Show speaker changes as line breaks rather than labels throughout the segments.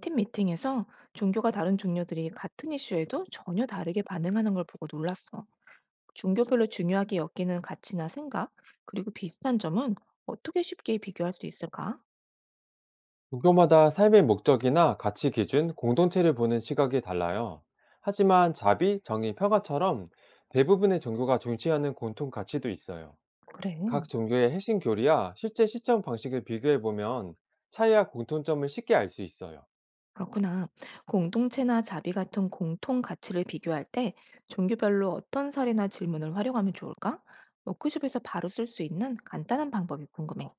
팀 미팅에서 종교가 다른 종교들이 같은 이슈에도 전혀 다르게 반응하는 걸 보고 놀랐어. 종교별로 중요하게 여기는 가치나 생각, 그리고 비슷한 점은 어떻게 쉽게 비교할 수 있을까?
종교마다 삶의 목적이나 가치 기준, 공동체를 보는 시각이 달라요. 하지만 자비, 정의, 평화처럼 대부분의 종교가 중시하는 공통 가치도 있어요.
그래.
각 종교의 핵심 교리와 실제 시점 방식을 비교해 보면 차이와 공통점을 쉽게 알 수 있어요.
그렇구나. 공동체나 자비 같은 공통 가치를 비교할 때 종교별로 어떤 사례나 질문을 활용하면 좋을까? 워크숍에서 바로 쓸 수 있는 간단한 방법이 궁금해.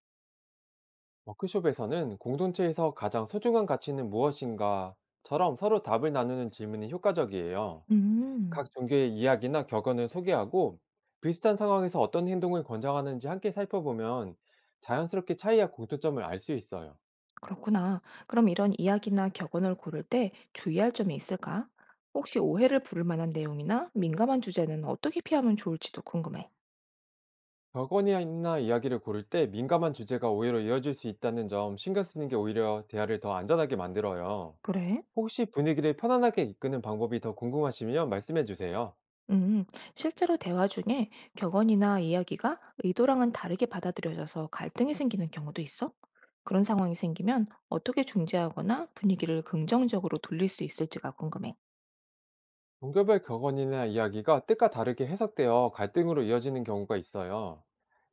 워크숍에서는 공동체에서 가장 소중한 가치는 무엇인가처럼 서로 답을 나누는 질문이 효과적이에요.
음.
각 종교의 이야기나 격언을 소개하고, 비슷한 상황에서 어떤 행동을 권장하는지 함께 살펴보면 자연스럽게 차이와 공통점을 알 수 있어요.
그렇구나. 그럼 이런 이야기나 격언을 고를 때 주의할 점이 있을까? 혹시 오해를 부를 만한 내용이나 민감한 주제는 어떻게 피하면 좋을지도 궁금해.
격언이나 이야기를 고를 때 민감한 주제가 오히려 이어질 수 있다는 점 신경 쓰는 게 오히려 대화를 더 안전하게 만들어요.
그래?
혹시 분위기를 편안하게 이끄는 방법이 더 궁금하시면 말씀해 주세요.
음, 실제로 대화 중에 격언이나 이야기가 의도랑은 다르게 받아들여져서 갈등이 생기는 경우도 있어? 그런 상황이 생기면 어떻게 중재하거나 분위기를 긍정적으로 돌릴 수 있을지가 궁금해.
종교별 격언이나 이야기가 뜻과 다르게 해석되어 갈등으로 이어지는 경우가 있어요.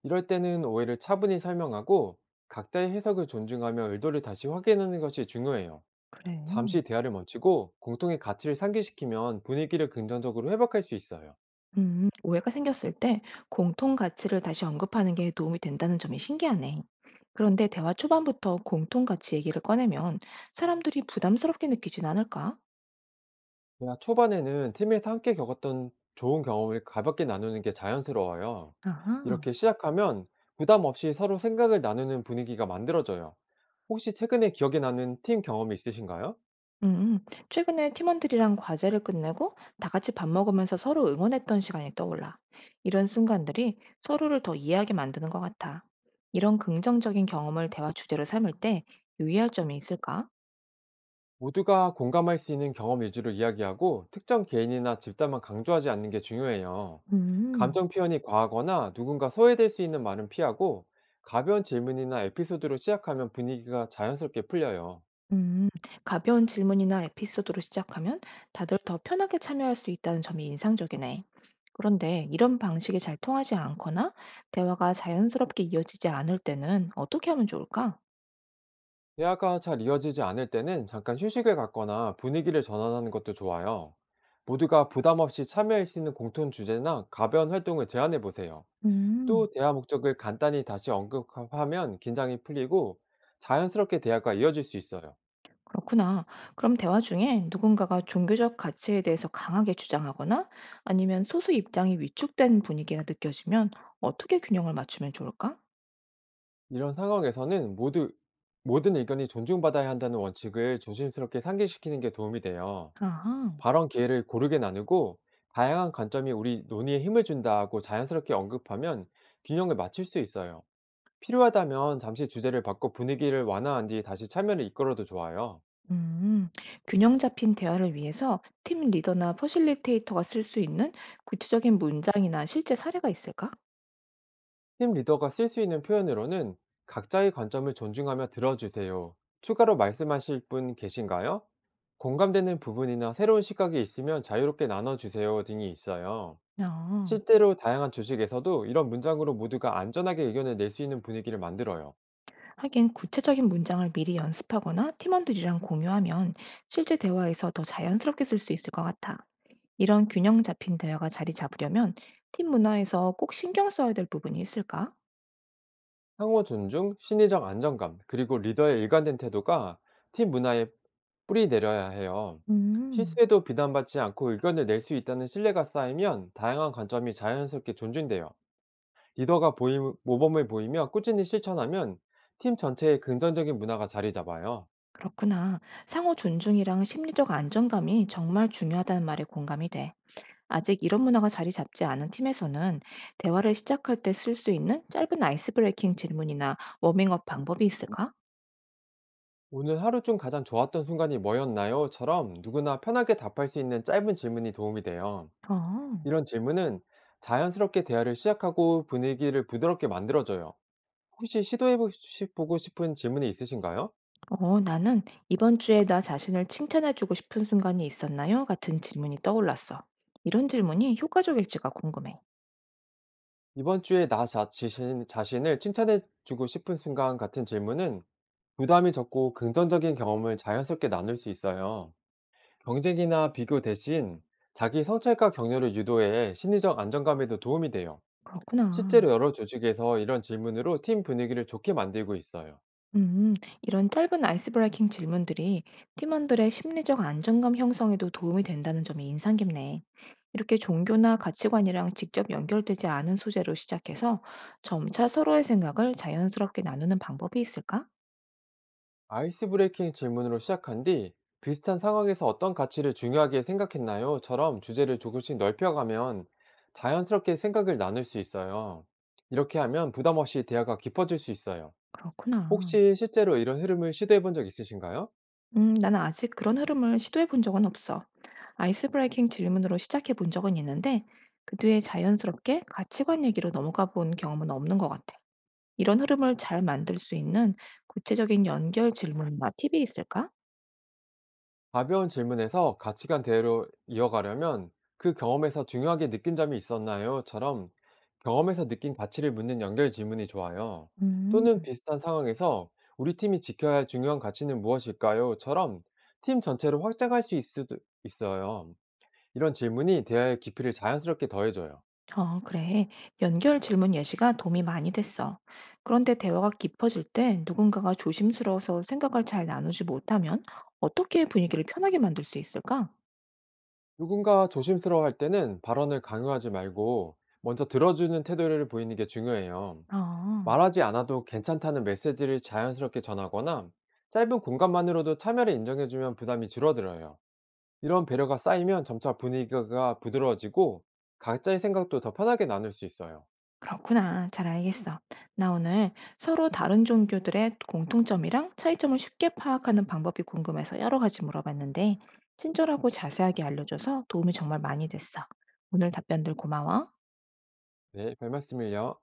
이럴 때는 오해를 차분히 설명하고, 각자의 해석을 존중하며 의도를 다시 확인하는 것이 중요해요.
그래.
잠시 대화를 멈추고 공통의 가치를 상기시키면 분위기를 긍정적으로 회복할 수 있어요.
오해가 생겼을 때 공통 가치를 다시 언급하는 게 도움이 된다는 점이 신기하네. 그런데 대화 초반부터 공통 가치 얘기를 꺼내면 사람들이 부담스럽게 느끼진 않을까?
대화 초반에는 팀에서 함께 겪었던 좋은 경험을 가볍게 나누는 게 자연스러워요.
아하,
이렇게 시작하면 부담 없이 서로 생각을 나누는 분위기가 만들어져요. 혹시 최근에 기억에 남는 팀 경험이 있으신가요?
음, 최근에 팀원들이랑 과제를 끝내고 다 같이 밥 먹으면서 서로 응원했던 시간이 떠올라. 이런 순간들이 서로를 더 이해하게 만드는 것 같아. 이런 긍정적인 경험을 대화 주제로 삼을 때 유의할 점이 있을까?
모두가 공감할 수 있는 경험 위주로 이야기하고, 특정 개인이나 집단만 강조하지 않는 게 중요해요.
음.
감정 표현이 과하거나 누군가 소외될 수 있는 말은 피하고, 가벼운 질문이나 에피소드로 시작하면 분위기가 자연스럽게 풀려요.
음, 가벼운 질문이나 에피소드로 시작하면 다들 더 편하게 참여할 수 있다는 점이 인상적이네. 그런데 이런 방식이 잘 통하지 않거나 대화가 자연스럽게 이어지지 않을 때는 어떻게 하면 좋을까?
대화가 잘 이어지지 않을 때는 잠깐 휴식을 갖거나 분위기를 전환하는 것도 좋아요. 모두가 부담 없이 참여할 수 있는 공통 주제나 가벼운 활동을 제안해 보세요. 또
음,
대화 목적을 간단히 다시 언급하면 긴장이 풀리고, 자연스럽게 대화가 이어질 수 있어요.
그렇구나. 그럼 대화 중에 누군가가 종교적 가치에 대해서 강하게 주장하거나 아니면 소수 입장이 위축된 분위기가 느껴지면 어떻게 균형을 맞추면 좋을까?
이런 상황에서는 모두 모든 의견이 존중받아야 한다는 원칙을 조심스럽게 상기시키는 게 도움이 돼요.
아하.
발언 기회를 고르게 나누고, 다양한 관점이 우리 논의에 힘을 준다고 자연스럽게 언급하면 균형을 맞출 수 있어요. 필요하다면 잠시 주제를 바꿔 분위기를 완화한 뒤 다시 참여를 이끌어도 좋아요.
음, 균형 잡힌 대화를 위해서 팀 리더나 퍼실리테이터가 쓸 수 있는 구체적인 문장이나 실제 사례가 있을까?
팀 리더가 쓸 수 있는 표현으로는 "각자의 관점을 존중하며 들어주세요. 추가로 말씀하실 분 계신가요? 공감되는 부분이나 새로운 시각이 있으면 자유롭게 나눠주세요" 등이 있어요.
아,
실제로 다양한 주식에서도 이런 문장으로 모두가 안전하게 의견을 낼 수 있는 분위기를 만들어요.
하긴 구체적인 문장을 미리 연습하거나 팀원들이랑 공유하면 실제 대화에서 더 자연스럽게 쓸 수 있을 것 같아. 이런 균형 잡힌 대화가 자리 잡으려면 팀 문화에서 꼭 신경 써야 될 부분이 있을까?
상호 존중, 심리적 안정감, 그리고 리더의 일관된 태도가 팀 문화에 뿌리 내려야 해요.
음,
실수에도 비난받지 않고 의견을 낼 수 있다는 신뢰가 쌓이면 다양한 관점이 자연스럽게 존중돼요. 리더가 보 모범을 보이며 꾸준히 실천하면 팀 전체에 긍정적인 문화가 자리 잡아요.
그렇구나. 상호 존중이랑 심리적 안정감이 정말 중요하다는 말에 공감이 돼. 아직 이런 문화가 자리 잡지 않은 팀에서는 대화를 시작할 때 쓸 수 있는 짧은 아이스 브레이킹 질문이나 워밍업 방법이 있을까?
"오늘 하루 중 가장 좋았던 순간이 뭐였나요?"처럼 누구나 편하게 답할 수 있는 짧은 질문이 도움이 돼요.
어,
이런 질문은 자연스럽게 대화를 시작하고 분위기를 부드럽게 만들어줘요. 혹시 시도해 보고 싶은 질문이 있으신가요?
어, 나는 이번 주에 나 자신을 칭찬해주고 싶은 순간이 있었나요? 같은 질문이 떠올랐어. 이런 질문이 효과적일지가 궁금해.
"이번 주에 나자신 자신을 칭찬해 주고 싶은 순간." 같은 질문은 부담이 적고, 긍정적인 경험을 자연스럽게 나눌 수 있어요. 경쟁이나 비교 대신 자기 성찰과 격려를 유도해 심리적 안정감에도 도움이 돼요.
그렇구나.
실제로 여러 조직에서 이런 질문으로 팀 분위기를 좋게 만들고 있어요.
음, 이런 짧은 아이스 브레이킹 질문들이 팀원들의 심리적 안정감 형성에도 도움이 된다는 점이 인상 깊네. 이렇게 종교나 가치관이랑 직접 연결되지 않은 소재로 시작해서 점차 서로의 생각을 자연스럽게 나누는 방법이 있을까?
아이스 브레이킹 질문으로 시작한 뒤, "비슷한 상황에서 어떤 가치를 중요하게 생각했나요? 처럼 주제를 조금씩 넓혀가면 자연스럽게 생각을 나눌 수 있어요. 이렇게 하면 부담 없이 대화가 깊어질 수 있어요.
그렇구나.
혹시 실제로 이런 흐름을 시도해 본 적 있으신가요?
나는 아직 그런 흐름을 시도해 본 적은 없어. 아이스 브레이킹 질문으로 시작해 본 적은 있는데 그 뒤에 자연스럽게 가치관 얘기로 넘어가 본 경험은 없는 것 같아. 이런 흐름을 잘 만들 수 있는 구체적인 연결 질문이나 팁이 있을까?
가벼운 질문에서 가치관 대화로 이어가려면 "그 경험에서 중요하게 느낀 점이 있었나요?"처럼 경험에서 느낀 가치를 묻는 연결 질문이 좋아요.
음.
또는 비슷한 상황에서 "우리 팀이 지켜야 할 중요한 가치는 무엇일까요?"처럼 팀 전체로 확장할 수 있을 수도 있어요. 이런 질문이 대화의 깊이를 자연스럽게 더해줘요.
어, 그래. 연결 질문 예시가 도움이 많이 됐어. 그런데 대화가 깊어질 때 누군가가 조심스러워서 생각을 잘 나누지 못하면 어떻게 분위기를 편하게 만들 수 있을까?
누군가 조심스러워할 때는 발언을 강요하지 말고, 먼저 들어주는 태도를 보이는 게 중요해요.
어,
말하지 않아도 괜찮다는 메시지를 자연스럽게 전하거나 짧은 공감만으로도 참여를 인정해주면 부담이 줄어들어요. 이런 배려가 쌓이면 점차 분위기가 부드러워지고, 각자의 생각도 더 편하게 나눌 수 있어요.
그렇구나. 잘 알겠어. 나 오늘 서로 다른 종교들의 공통점이랑 차이점을 쉽게 파악하는 방법이 궁금해서 여러 가지 물어봤는데, 친절하고 자세하게 알려줘서 도움이 정말 많이 됐어. 오늘 답변들 고마워.
네, 별 말씀을요.